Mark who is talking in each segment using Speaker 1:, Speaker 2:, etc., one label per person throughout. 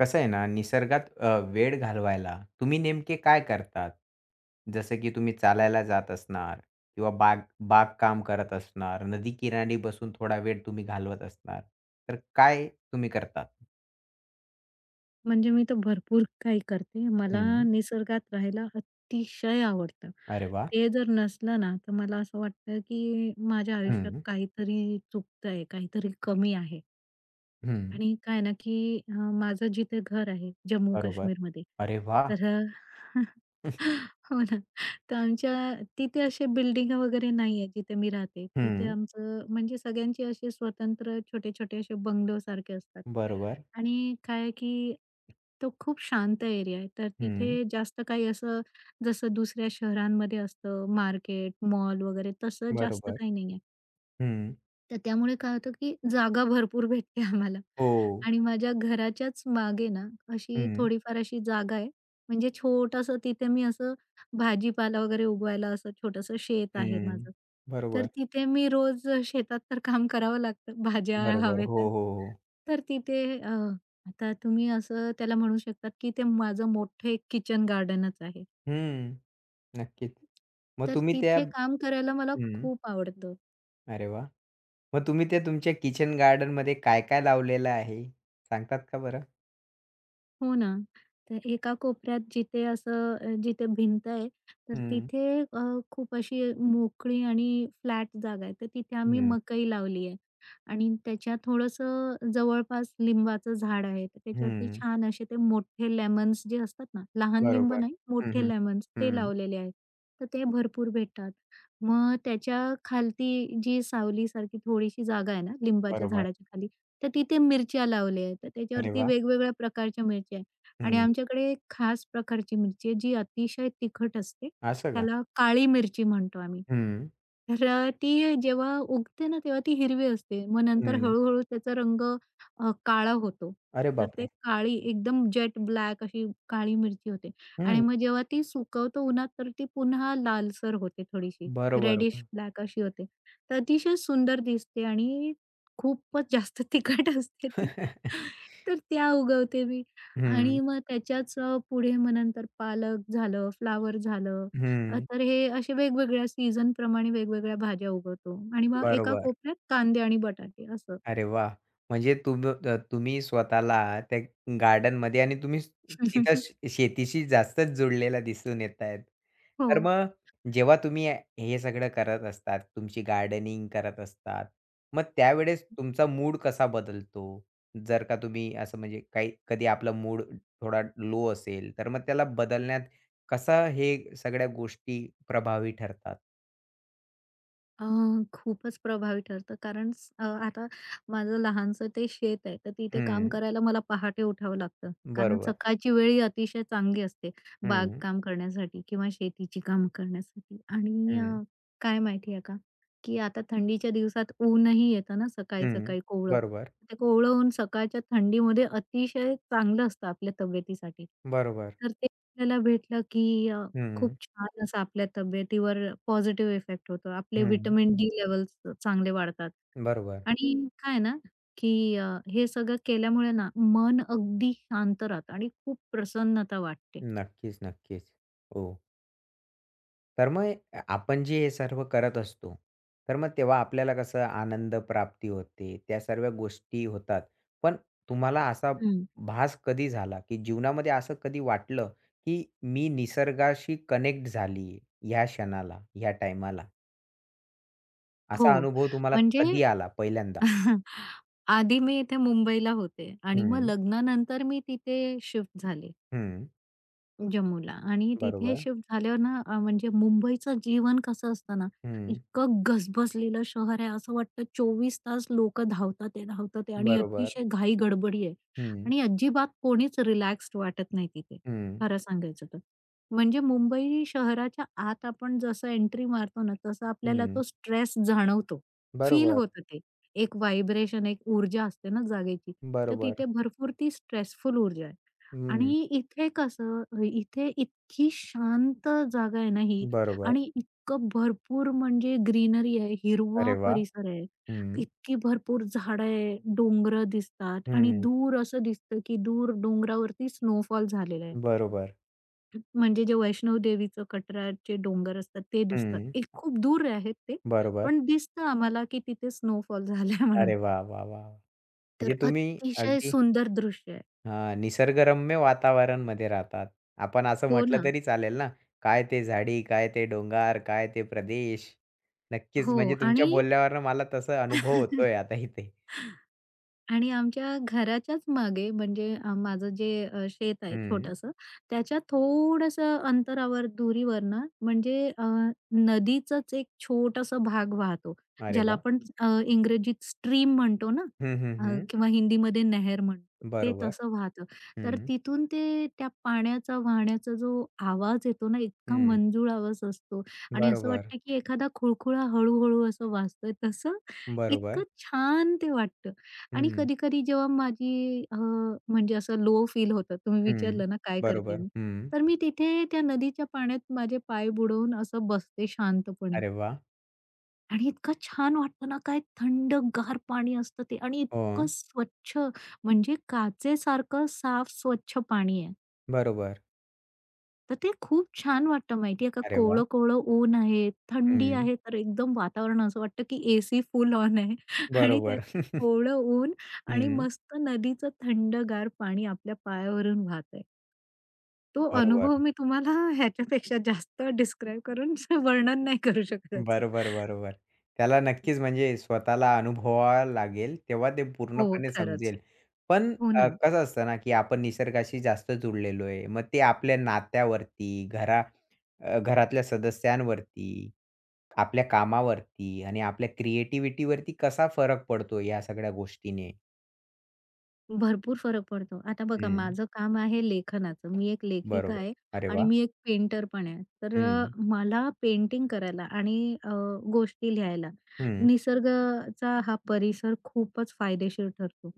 Speaker 1: कसं आहे ना, निसर्गात वेळ घालवायला तुम्ही नेमके काय करतात? जसं की तुम्ही चालायला जात असणार किंवा बाग बाग काम करत असणार, नदी किनारी बसून थोडा वेळ तुम्ही घालवत असणार. तर काय तुम्ही करतात?
Speaker 2: म्हणजे मी तर भरपूर काही करते. मला
Speaker 1: हं.
Speaker 2: निसर्गात राहायला अतिशय आवडतं.
Speaker 1: अरे वाह!
Speaker 2: ते जर नसलं ना, तर मला असं वाटतं, की माझ्या आयुष्यात
Speaker 1: हं.
Speaker 2: काहीतरी चुकतंय, काहीतरी कमी आहे.
Speaker 1: हं.
Speaker 2: आणि काय ना, की माझं जिथे घर आहे जम्मू
Speaker 1: बरोबर.
Speaker 2: काश्मीरमध्ये,
Speaker 1: अरे वाह!
Speaker 2: तर अ, हो ना, तर आमच्या तिथे असे बिल्डिंग वगैरे नाहीये जिथे मी राहते. तिथे
Speaker 1: हं.
Speaker 2: आमचं म्हणजे सगळ्यांचे असे स्वतंत्र छोटे-छोटे असे बंगलोसारखे असतात.
Speaker 1: बरोबर.
Speaker 2: आणि काय आहे, की तो खूप शांत एरिया आहे. तर
Speaker 1: हं.
Speaker 2: तिथे जास्त काही असं जसं दुसऱ्या शहरांमध्ये असतं मार्केट, मॉल वगैरे तसं जास्त
Speaker 1: बरोबर.
Speaker 2: काही नाहीये.
Speaker 1: हं.
Speaker 2: तर त्यामुळे काय होतं, की जागा भरपूर भेटते आम्हाला
Speaker 1: हो.
Speaker 2: आणि माझ्या घराच्याच मागे ना, अशी
Speaker 1: हं.
Speaker 2: थोडीफार अशी जागा आहे. म्हणजे छोटंसं तिथे मी असं भाजीपाला वगैरे उगवायला असं छोटंसं शेत आहे
Speaker 1: हं.
Speaker 2: माझं. तर
Speaker 1: बरोबर.
Speaker 2: तिथे मी रोज शेतात तर काम करावं लागतं भाज्या
Speaker 1: बरोबर.
Speaker 2: हवे
Speaker 1: हो,
Speaker 2: तर.
Speaker 1: हो, हो.
Speaker 2: तर तिथे अ, आता तुम्ही असं त्याला म्हणू शकतात, की ते माझं मोठं एक किचन गार्डनच आहे.
Speaker 1: हं. नक्कीच. मग
Speaker 2: तर
Speaker 1: तुम्ही त्या
Speaker 2: तिथे काम करायला मला
Speaker 1: हं.
Speaker 2: खूप आवडतं.
Speaker 1: अरे वाह! मग तुम्ही ते तुमच्या किचन गार्डनमध्ये काय-काय लावलेलं आहे? सांगतात का बरं?
Speaker 2: हो ना. तर एका कोपऱ्यात जिथे भिंत आहे, तर
Speaker 1: हं,
Speaker 2: तिथे अ, खूप अशी मोकळी आणि फ्लॅट जागा आहे. तर तिथे आम्ही
Speaker 1: हं,
Speaker 2: मकई लावली आहे आणि त्याच्या थोडंसं जवळपास लिंबाचं झाड आहे. तर त्याच्यावरती
Speaker 1: हं.
Speaker 2: छान असे ते मोठे लेमन्स जे असतात ना, लहान लिंब
Speaker 1: बरोबर.
Speaker 2: नाही,
Speaker 1: हं,
Speaker 2: मोठे
Speaker 1: हं.
Speaker 2: लेमन्स ते
Speaker 1: हं.
Speaker 2: लावलेले आहेत. तर ते भरपूर भेटतात. मग त्याच्या खालती जी सावलीसारखी थोडीशी जागा आहे ना, लिंबाच्या
Speaker 1: बरोबर.
Speaker 2: झाडाच्या खाली, तर तिथे मिरच्या लावल्यात. तर
Speaker 1: अरे
Speaker 2: त्याच्यावरती
Speaker 1: वाह!
Speaker 2: वेगवेगळ्या प्रकारच्या मिरच्या आहेत आणि
Speaker 1: हं.
Speaker 2: आमच्याकडे एक खास प्रकारची मिरची आहे जी अतिशय तिखट असते.
Speaker 1: असं का?
Speaker 2: त्याला काळी मिरची म्हणतो आम्ही.
Speaker 1: हं,
Speaker 2: ती जेव्हा उगते ना, तेव्हा ती हिरवी असते. मग नंतर
Speaker 1: हं.
Speaker 2: हळू-हळू त्याचा रंग काळा होतो.
Speaker 1: अरे
Speaker 2: तर ते
Speaker 1: बापरे!
Speaker 2: काळी एकदम जेट ब्लॅक अशी काळी मिरची होते आणि
Speaker 1: हं.
Speaker 2: मग जेव्हा ती सुकवतो उन्हात, तर ती पुन्हा लालसर होते थोडीशी.
Speaker 1: बरोबर.
Speaker 2: रेडिश ब्लॅक अशी होते. तर अतिशय सुंदर दिसते आणि खूपच जास्त तिखट असते ती. तर त्या उगवते मी
Speaker 1: हं,
Speaker 2: आणि मग त्याच्याच पुढे मग नंतर पालक झालं, फ्लॉवर झालं.
Speaker 1: हं.
Speaker 2: तर हे असे वेगवेगळ्या सीझनप्रमाणे वेगवेगळ्या भाज्या उगवतो आणि मग एका
Speaker 1: बरोबर.
Speaker 2: कोपऱ्यात कांदे आणि बटाटे असं.
Speaker 1: अरे वाह! म्हणजे तुम्ही स्वतःला त्या गार्डनमध्ये आणि तुम्ही तिथं शेतीशी जास्तच जुडलेला दिसून येत आहेत.
Speaker 2: हो.
Speaker 1: तर मग जेव्हा तुम्ही हे सगळं करत असतात, तुमची गार्डनिंग करत असतात, मग त्यावेळेस तुमचा मूड कसा बदलतो? जर का तुम्ही असं म्हणजे काही कधी आपला मूड थोडा लो असेल, तर मग त्याला बदलण्यात कसं हे सगळ्या गोष्टी प्रभावी ठरतात?
Speaker 2: अ, खूपच प्रभावी ठरतं कारण आता माझं लहानसं ते शेत आहे, तर तिथे काम
Speaker 1: हं,
Speaker 2: करायला मला पहाटे उठावं लागतं. कारण
Speaker 1: बरोबर.
Speaker 2: सकाळची वेळ ही अतिशय चांगली असते
Speaker 1: हं,
Speaker 2: बागकाम करण्यासाठी किंवा शेतीची कामं करण्यासाठी. आणि
Speaker 1: हं,
Speaker 2: काय माहिती आहे का, की आता थंडीच्या दिवसात ऊनही येतं ना
Speaker 1: हं.
Speaker 2: सकाळी-सकाळी कोवळं.
Speaker 1: बरोबर,
Speaker 2: ते कोवळं ऊन सकाळच्या थंडीमध्ये अतिशय चांगलं असतं आपल्या तब्येतीसाठी.
Speaker 1: बरोबर.
Speaker 2: तर ते आपल्याला भेटलं की
Speaker 1: हं,
Speaker 2: खूप छान असा आपल्या तब्येतीवर पॉझिटिव्ह इफेक्ट होतो. आपले
Speaker 1: हं.
Speaker 2: व्हिटॅमिन डी लेवल्स चांगले वाढतात.
Speaker 1: बरोबर.
Speaker 2: आणि काय आहे ना, की हे सगळं केल्यामुळे ना मन अगदी शांत राहतं आणि खूप प्रसन्नता वाटते.
Speaker 1: नक्कीच, नक्कीच. हो. तर मग आपण जे हे सर्व करत असतो, तर मग तेव्हा आपल्याला कसं आनंद प्राप्ती होते, त्या सर्व गोष्टी होतात. पण तुम्हाला असा
Speaker 2: हं.
Speaker 1: भास कधी झाला, की जीवनामध्ये असं कधी वाटलं, की मी निसर्गाशी कनेक्ट झालीये ह्या क्षणाला, ह्या टाईमाला?
Speaker 2: हो,
Speaker 1: असा अनुभव तुम्हाला
Speaker 2: म्हणजे
Speaker 1: कधी आला पहिल्यांदा?
Speaker 2: आधी मी इथे मुंबईला होते आणि मग
Speaker 1: हं,
Speaker 2: लग्नानंतर मी तिथे शिफ्ट झाले.
Speaker 1: हं.
Speaker 2: जम्मूला आणि तिथे
Speaker 1: बरोबर.
Speaker 2: शिफ्ट झाल्यावर ना, म्हणजे मुंबईचं जीवन कसं असतं ना,
Speaker 1: हं.
Speaker 2: इतकं गजबजलेलं शहर आहे असं वाटतं 24 तास लोकं धावतात आहे आणि
Speaker 1: बरोबर.
Speaker 2: अतिशय घाई गडबडी आहे
Speaker 1: हं,
Speaker 2: आणि अजिबात कोणीच रिलॅक्स्ड वाटत नाही तिथे,
Speaker 1: हं,
Speaker 2: खरं सांगायचं तर. म्हणजे मुंबई शहराच्या आत आपण जसं एंट्री मारतो ना, तसं आपल्याला
Speaker 1: हं.
Speaker 2: तो स्ट्रेस जाणवतो. फील
Speaker 1: बरोबर,
Speaker 2: होतं ते. एक व्हायब्रेशन, एक ऊर्जा असते ना जागेची, तर
Speaker 1: बरोबर.
Speaker 2: तिथे भरपूर ती स्ट्रेसफुल ऊर्जा आहे.
Speaker 1: हं,
Speaker 2: आणि इथे इतकी शांत जागा आहे ना ही
Speaker 1: बरोबर.
Speaker 2: आणि इतकं भरपूर म्हणजे ग्रीनरी आहे, हिरवा
Speaker 1: अरे वाह!
Speaker 2: परिसर आहे.
Speaker 1: हं,
Speaker 2: इतकी भरपूर झाडं आहे, डोंगर दिसतात आणि
Speaker 1: हं.
Speaker 2: दूर असं दिसतं, की दूर डोंगरावरती स्नोफॉल झालेला आहे.
Speaker 1: बरोबर.
Speaker 2: म्हणजे जे वैष्णव देवीचं कटराचे डोंगर असतात ते दिसतात.
Speaker 1: हं,
Speaker 2: एक खूप दूर आहेत ते,
Speaker 1: बरोबर.
Speaker 2: पण दिसतं आम्हाला, की तिथे स्नोफॉल झालाय म्हणून.
Speaker 1: अरे वाह, वाह, वाह!
Speaker 2: तर
Speaker 1: म्हणजे तुम्ही
Speaker 2: अतिशय
Speaker 1: अगदी
Speaker 2: सुंदर दृश्य आहे.
Speaker 1: हां, निसर्गरम्य वातावरणमध्ये राहतात. आपण असं
Speaker 2: हो
Speaker 1: म्हटलं
Speaker 2: ना.
Speaker 1: तरी चालेल ना. काय ते झाडी, काय ते डोंगर, काय ते प्रदेश. नक्कीच
Speaker 2: हो
Speaker 1: म्हणजे तुमच्या
Speaker 2: आणि
Speaker 1: बोलल्यावरून मला तसा अनुभव होतोय आता इथे.
Speaker 2: आणि आमच्या घराच्याच मागे म्हणजे, माझं जे शेत आहे
Speaker 1: हं.
Speaker 2: छोटंसं, त्याच्या थोडंसं अंतरावर दुरीवर ना म्हणजे, नदीचाच एक छोटासा भाग वाहतो.
Speaker 1: अरे
Speaker 2: ज्याला
Speaker 1: वाह!
Speaker 2: आपण इंग्रजीत स्ट्रीम म्हणतो ना
Speaker 1: हं, हं, हं.
Speaker 2: किंवा हिंदीमध्ये नहर म्हणतो. ते
Speaker 1: बरोबर.
Speaker 2: तसं वाहतं. तर
Speaker 1: हं,
Speaker 2: तिथून ते त्या पाण्याचा वाहण्याचा जो आवाज येतो ना इतका
Speaker 1: हं.
Speaker 2: मंजूळ आवाज असतो आणि असं
Speaker 1: बरोबर,
Speaker 2: वाटतं की एखादा खुळखुळा हळू असं वाजतोय तसं इतकं
Speaker 1: बरोबर.
Speaker 2: छान ते वाटतं. आणि
Speaker 1: हं,
Speaker 2: कधी-कधी जेव्हा माझी, म्हणजे असं लो फील होतं, तुम्ही
Speaker 1: हं.
Speaker 2: विचारलं ना काय करते
Speaker 1: बरोबर.
Speaker 2: मी?
Speaker 1: हं.
Speaker 2: तर मी तिथे त्या नदीच्या पाण्यात माझे पाय बुडवून असं बसते शांतपणे
Speaker 1: अरे वाह!
Speaker 2: आणि इतकं छान वाटतं ना, काय थंडगार पाणी असतं ते आणि
Speaker 1: हो.
Speaker 2: इतकं स्वच्छ म्हणजे काचेसारखं साफ स्वच्छ पाणी आहे.
Speaker 1: बरोबर.
Speaker 2: तर ते खूप छान वाटतं माहितीये का?
Speaker 1: अरे वाह!
Speaker 2: कोवळं-कोवळं ऊन आहे, थंडी
Speaker 1: हं.
Speaker 2: आहे, तर एकदम वातावरण असं वाटतं की एसी फुल ऑन आहे आणि त्यात
Speaker 1: बरोबर.
Speaker 2: ते कोवळं ऊन आणि
Speaker 1: हं.
Speaker 2: मस्त नदीचं थंडगार पाणी आपल्या पायावरून वाहतंय. तो
Speaker 1: बरोबर.
Speaker 2: अनुभव मी तुम्हाला ह्याच्यापेक्षा जास्त डिस्क्राईब करून वर्णन नाही करू शकत.
Speaker 1: बरोबर, बरोबर. त्याला नक्कीच म्हणजे स्वतःला अनुभवावा लागेल, तेव्हा ते
Speaker 2: हो,
Speaker 1: पूर्णपणे
Speaker 2: खरंच.
Speaker 1: समजेल. पण
Speaker 2: हो ना.
Speaker 1: कसं असतं ना, की आपण निसर्गाशी जास्त जुडलेलो आहे. मग ते आपल्या नात्यावरती, घरातल्या सदस्यांवरती, आपल्या कामावरती आणि आपल्या क्रिएटिव्हिटीवरती कसा फरक पडतो या सगळ्या गोष्टीने?
Speaker 2: भरपूर फरक पडतो. आता बघा
Speaker 1: हं.
Speaker 2: माझं काम आहे लेखनाचं. मी एक लेखिका
Speaker 1: बरोबर.
Speaker 2: आहे
Speaker 1: अरे
Speaker 2: आणि
Speaker 1: वाह!
Speaker 2: मी एक पेंटर पण आहे.
Speaker 1: हं.
Speaker 2: मला पेंटिंग करायला आणि गोष्टी लिहायला
Speaker 1: हं.
Speaker 2: निसर्गाचा हा परिसर खूपच फायदेशीर ठरतो.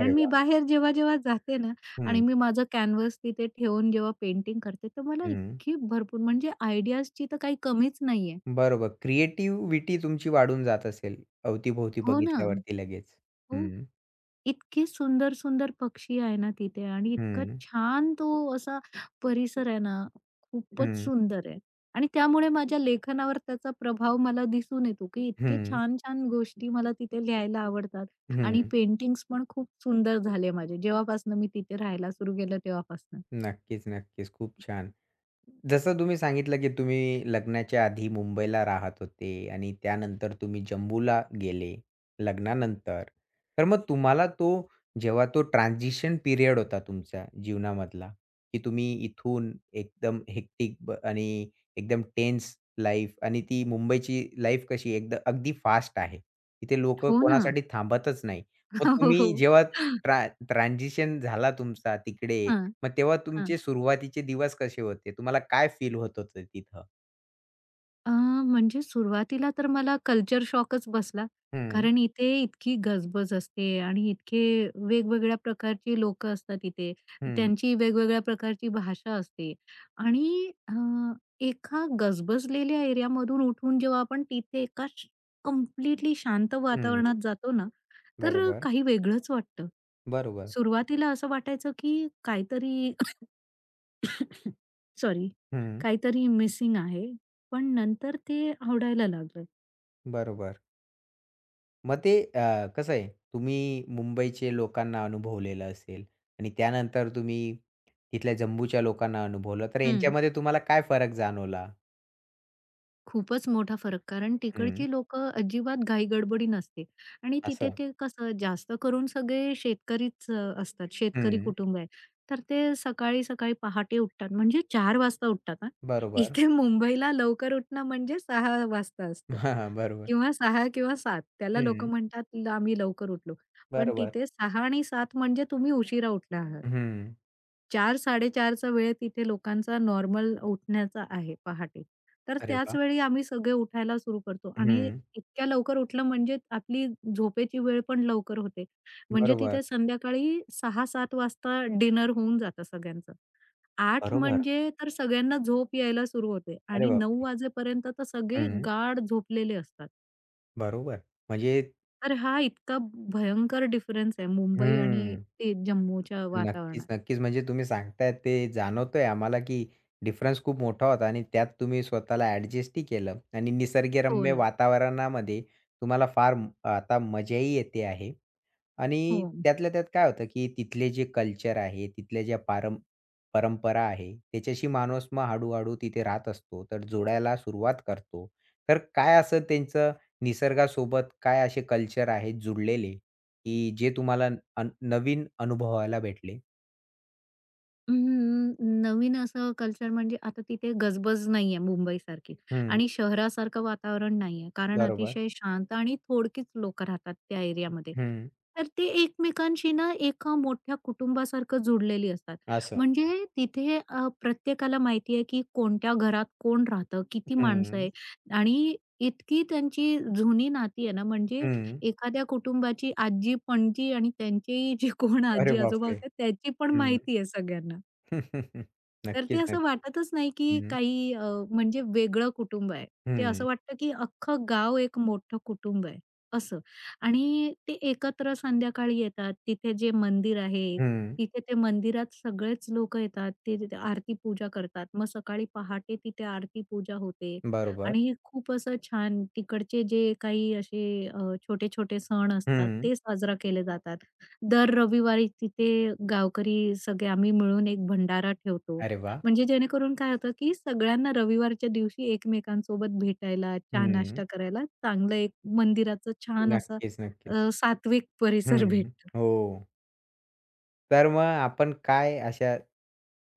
Speaker 1: अरे
Speaker 2: मी
Speaker 1: वाह!
Speaker 2: बाहेर जेव्हा-जेव्हा जाते ना आणि
Speaker 1: हं,
Speaker 2: मी माझं कॅनव्हास तिथे ठेवून जेव्हा पेंटिंग करते, तर मला
Speaker 1: हं.
Speaker 2: इतकी भरपूर म्हणजे आयडियाजची तर काही कमीच नाहीये.
Speaker 1: बरोबर. क्रिएटिव्हिटी तुमची वाढून जात असेल, अवतीभोवती
Speaker 2: हो ना.
Speaker 1: बघितल्यावरती लगेच.
Speaker 2: हो.
Speaker 1: हं,
Speaker 2: इतके सुंदर-सुंदर पक्षी आहे ना तिथे आणि इतका
Speaker 1: हं,
Speaker 2: छान तो असा परिसर आहे ना, खूपच
Speaker 1: हं,
Speaker 2: सुंदर आहे. आणि त्यामुळे माझ्या लेखनावर त्याचा प्रभाव मला दिसून येतो, की इतके
Speaker 1: हं,
Speaker 2: छान-छान गोष्टी मला तिथे लिहायला आवडतात आणि
Speaker 1: हं.
Speaker 2: पेंटिंग्स पण खूप सुंदर झाले माझे, जेव्हापासनं मी तिथे राहायला सुरू केलं तेव्हापासनं.
Speaker 1: नक्कीच, नक्कीच. खूप छान. जसं तुम्ही सांगितलं, की तुम्ही लग्नाच्या आधी मुंबईला राहत होते आणि त्यानंतर तुम्ही जम्बूला गेले लग्नानंतर. तर मग तुम्हाला तो जेव्हा तो ट्रान्झिशन पिरियड होता तुमच्या जीवनामधला, की तुम्ही इथून एकदम हेक्टिक आणि एकदम टेन्स लाईफ आणि ती मुंबईची लाईफ कशी एकदम अगदी फास्ट आहे. इथे लोकं
Speaker 2: हो ना.
Speaker 1: कोणासाठी थांबतच नाही. मग
Speaker 2: हो,
Speaker 1: तुम्ही
Speaker 2: हो.
Speaker 1: जेव्हा ट्रान्झिशन झाला तुमचा तिकडे
Speaker 2: हां,
Speaker 1: मग तेव्हा
Speaker 2: हां.
Speaker 1: तुमचे सुरुवातीचे दिवस कसे होते? तुम्हाला काय फील होत होतं तिथं?
Speaker 2: अ, म्हणजे सुरुवातीला तर मला कल्चर शॉकच बसला.
Speaker 1: हं,
Speaker 2: कारण इथे इतकी गजबज असते आणि इतके वेगवेगळ्या प्रकारची लोकं असतात इथे.
Speaker 1: हं,
Speaker 2: त्यांची वेगवेगळ्या प्रकारची भाषा असते आणि एका गजबजलेल्या एरियामधून उठून जेव्हा आपण तिथे एका श कंप्लीटली शांत
Speaker 1: हं.
Speaker 2: वातावरणात जातो ना, तर
Speaker 1: बरोबर,
Speaker 2: काही वेगळंच वाटतं.
Speaker 1: बरोबर.
Speaker 2: सुरुवातीला असं वाटायचं की काहीतरी सॉरी,
Speaker 1: हं,
Speaker 2: काहीतरी मिसिंग आहे. पण नंतर ते आवडायला लागलं.
Speaker 1: बरोबर. मग ते कसं आहे, तुम्ही मुंबईचे लोकांना अनुभवलेलं असेल आणि त्यानंतर तुम्ही तिथल्या जम्मूच्या लोकांना अनुभवलं, तर
Speaker 2: हं.
Speaker 1: यांच्यामध्ये तुम्हाला काय फरक जाणवला?
Speaker 2: खूपच मोठा फरक. कारण
Speaker 1: हं,
Speaker 2: तिकडची लोकं अजिबात घाई-गडबडी नसते आणि तिथे
Speaker 1: असं.
Speaker 2: ते कसं जास्त करून सगळे शेतकरीच असतात. शेतकरी
Speaker 1: हं,
Speaker 2: कुटुंब आहे. तर ते सकाळी-सकाळी पहाटे उठतात म्हणजे चार वाजता उठतात हां.
Speaker 1: बरोबर.
Speaker 2: इथे मुंबईला लवकर उठणं म्हणजे 6 वाजता असतं
Speaker 1: हां, हां. बरोबर.
Speaker 2: किंवा 6 किंवा 7 त्याला
Speaker 1: हं,
Speaker 2: लोकं म्हणतात आम्ही लवकर उठलो. पण
Speaker 1: बरोबर.
Speaker 2: तिथे 6 आणि 7 म्हणजे तुम्ही उशिरा उठला आहात.
Speaker 1: हं.
Speaker 2: 4-4:30 वेळ तिथे लोकांचा नॉर्मल उठण्याचा आहे पहाटे. तर
Speaker 1: अरे
Speaker 2: त्याच
Speaker 1: वाह!
Speaker 2: वेळी आम्ही सगळे उठायला सुरू करतो आणि
Speaker 1: हं,
Speaker 2: इतक्या लवकर उठलं म्हणजे आपली झोपेची वेळ पण लवकर होते. म्हणजे
Speaker 1: बरोबर,
Speaker 2: तिथे संध्याकाळी सहा 7 वाजता डिनर होऊन जातं सगळ्यांचं. आठ
Speaker 1: बरोबर.
Speaker 2: म्हणजे तर सगळ्यांना झोप यायला सुरू होते
Speaker 1: अरे
Speaker 2: आणि 9
Speaker 1: बापरे!
Speaker 2: वाजेपर्यंत तर सगळे
Speaker 1: हं.
Speaker 2: गाढ झोपलेले असतात.
Speaker 1: बरोबर. म्हणजे
Speaker 2: तर हा इतका भयंकर डिफरन्स आहे मुंबई आणि
Speaker 1: हम्म.
Speaker 2: ते जम्मूच्या
Speaker 1: नक्कीच,
Speaker 2: वातावरणात.
Speaker 1: नक्कीच. म्हणजे तुम्ही सांगताय ते जाणवतंय आम्हाला, की डिफरन्स खूप मोठा होता आणि त्यात तुम्ही स्वतःला ॲडजस्टही केलं आणि
Speaker 2: हो
Speaker 1: निसर्गरम्य
Speaker 2: ना.
Speaker 1: वातावरणामध्ये तुम्हाला फार आता मजाही येते आहे. आणि
Speaker 2: हो.
Speaker 1: त्यातल्या त्यात काय होतं, की तिथले जे कल्चर आहे, तिथल्या ज्या परंपरा आहे, त्याच्याशी माणूस मग हळू तिथे राहत असतो, तर जोडायला सुरुवात करतो. तर काय असं त्यांचं निसर्गासोबत काय असे कल्चर आहेत जुडलेले? की जे तुम्हाला नवीन अनुभवायला भेटले.
Speaker 2: अं, नवीन असं कल्चर म्हणजे आता तिथे गजबज नाहीये मुंबईसारखी
Speaker 1: हं,
Speaker 2: आणि शहरासारखं वातावरण नाहीये. कारण
Speaker 1: बरोबर.
Speaker 2: अतिशय शांत आणि थोडकीच लोकं राहतात त्या एरियामध्ये.
Speaker 1: हं.
Speaker 2: तर ते एकमेकांशी ना एका मोठ्या कुटुंबासारखं जुडलेली असतात.
Speaker 1: असं.
Speaker 2: म्हणजे तिथे प्रत्येकाला माहिती आहे की कोणत्या घरात कोण राहतं, किती माणसं
Speaker 1: हं,
Speaker 2: आहे आणि इतकी त्यांची जुनी नाती आहे ना, म्हणजे
Speaker 1: हं.
Speaker 2: एखाद्या कुटुंबाची आजी-पणजी आणि त्यांचेही जे कोण
Speaker 1: अरे
Speaker 2: आजी-आजोबा
Speaker 1: बापरे!
Speaker 2: होते त्याची पण
Speaker 1: हं.
Speaker 2: माहिती आहे सगळ्यांना. तर ते
Speaker 1: नक्कीच,
Speaker 2: असं
Speaker 1: नक्की.
Speaker 2: वाटतच नाही, की
Speaker 1: हं,
Speaker 2: काही म्हणजे वेगळं कुटुंब आहे. ते असं
Speaker 1: हं,
Speaker 2: वाटतं, की अख्खं गाव एक मोठं कुटुंब आहे, असं. आणि ते एकत्र संध्याकाळी येतात. तिथे जे मंदिर आहे,
Speaker 1: हं.
Speaker 2: तिथे ते मंदिरात सगळेच लोकं येतात. ते तिथे आरती पूजा करतात. मग सकाळी पहाटे तिथे आरती पूजा होते
Speaker 1: बरोबर.
Speaker 2: आणि खूप असं छान तिकडचे जे काही असे छोटे-छोटे सण असतात,
Speaker 1: हं.
Speaker 2: ते साजरा केले जातात. दर रविवारी तिथे गावकरी सगळे आम्ही मिळून एक भंडारा ठेवतो.
Speaker 1: अरे वाह!
Speaker 2: म्हणजे जेणेकरून काय होतं, की सगळ्यांना रविवारच्या दिवशी एकमेकांसोबत भेटायला,
Speaker 1: हं.
Speaker 2: चहा-नाश्ता करायला चांगलं एक मंदिराचं छान असं
Speaker 1: नक्कीच, नक्कीच.
Speaker 2: अ, सात्विक परिसर
Speaker 1: हं.
Speaker 2: भेटतो.
Speaker 1: हो. तर मग आपण काय अशा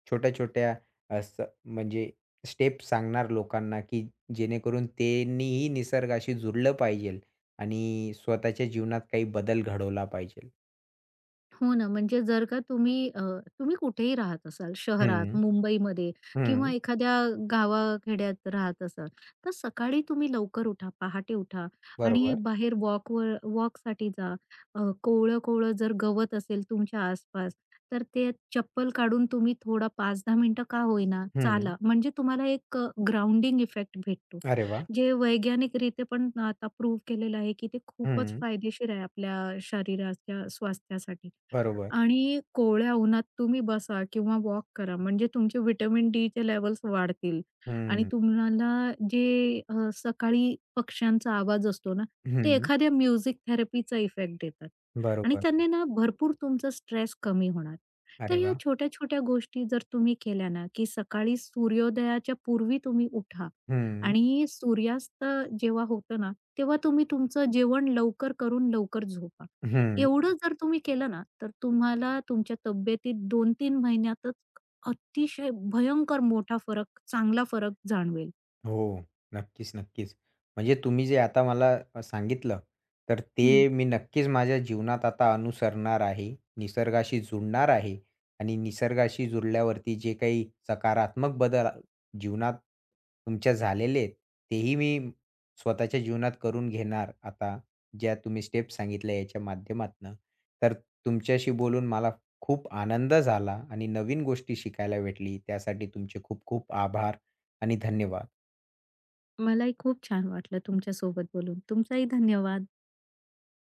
Speaker 1: छोट्या-छोट्या असं म्हणजे स्टेप्स सांगणार लोकांना, की जेणेकरून त्यांनीही निसर्गाशी जुडलं पाहिजे आणि स्वतःच्या जीवनात काही बदल घडवला पाहिजे?
Speaker 2: हो ना, म्हणजे जर का तुम्ही कुठेही राहत असाल, शहरात,
Speaker 1: हं,
Speaker 2: मुंबईमध्ये
Speaker 1: हं.
Speaker 2: किंवा एखाद्या गावाखेड्यात राहत असाल, तर सकाळी तुम्ही लवकर उठा, पहाटे उठा आणि
Speaker 1: बरोबर.
Speaker 2: बाहेर वॉकसाठी जा. कोवळं-कोवळं जर गवत असेल तुमच्या आसपास, तर ते चप्पल काढून तुम्ही थोडा 5-10 मिनिटं का होईना
Speaker 1: हं.
Speaker 2: चाला. म्हणजे तुम्हाला एक ग्राउंडिंग इफेक्ट भेटतो.
Speaker 1: अरे वाह!
Speaker 2: जे वैज्ञानिकरित्या पण आता प्रूव्ह केलेलं आहे, की ते खूपच
Speaker 1: हं.
Speaker 2: फायदेशीर आहे आपल्या शरीराच्या स्वास्थ्यासाठी.
Speaker 1: बरोबर.
Speaker 2: आणि कोवळ्या उन्हात तुम्ही बसा किंवा वॉक करा म्हणजे तुमचे व्हिटॅमिन डी चे लेवल्स वाढतील आणि
Speaker 1: हं.
Speaker 2: तुम्हाला जे सकाळी पक्ष्यांचा आवाज असतो ना, ते
Speaker 1: हं.
Speaker 2: एखाद्या म्युझिक थेरपीचा इफेक्ट देतात आणि
Speaker 1: बरोबर.
Speaker 2: त्यांनी ना भरपूर तुमचा स्ट्रेस कमी होणार. तर
Speaker 1: अरे
Speaker 2: ह्या
Speaker 1: वाह!
Speaker 2: छोट्या-छोट्या गोष्टी जर तुम्ही केल्या ना, की सकाळी सूर्योदयाच्या पूर्वी तुम्ही उठा
Speaker 1: हं.
Speaker 2: आणि सूर्यास्त जेव्हा होतं ना, तेव्हा तुम्ही तुमचं जेवण लवकर करून लवकर झोपा.
Speaker 1: हं.
Speaker 2: एवढं जर तुम्ही केलं ना, तर तुम्हाला तुमच्या तब्येतीत 2-3 महिन्यातच अतिशय भयंकर मोठा फरक, चांगला फरक जाणवेल.
Speaker 1: हो. नक्कीच, नक्कीच. म्हणजे तुम्ही जे आता मला सांगितलं, तर
Speaker 2: हं.
Speaker 1: ते मी नक्कीच माझ्या जीवनात आता अनुसरणार आहे. निसर्गाशी जुडणार आहे आणि निसर्गाशी जुडल्यावरती जे काही सकारात्मक बदल जीवनात तुमच्या झालेले आहेत, तेही मी स्वतःच्या जीवनात करून घेणार आता, ज्या तुम्ही स्टेप्स सांगितल्या याच्या माध्यमातनं. तर तुमच्याशी बोलून मला खूप आनंद झाला आणि नवीन गोष्टी शिकायला भेटली. त्यासाठी तुमचे खूप खूप आभार आणि धन्यवाद.
Speaker 2: मलाही खूप छान वाटलं तुमच्यासोबत बोलून. तुमचाही धन्यवाद.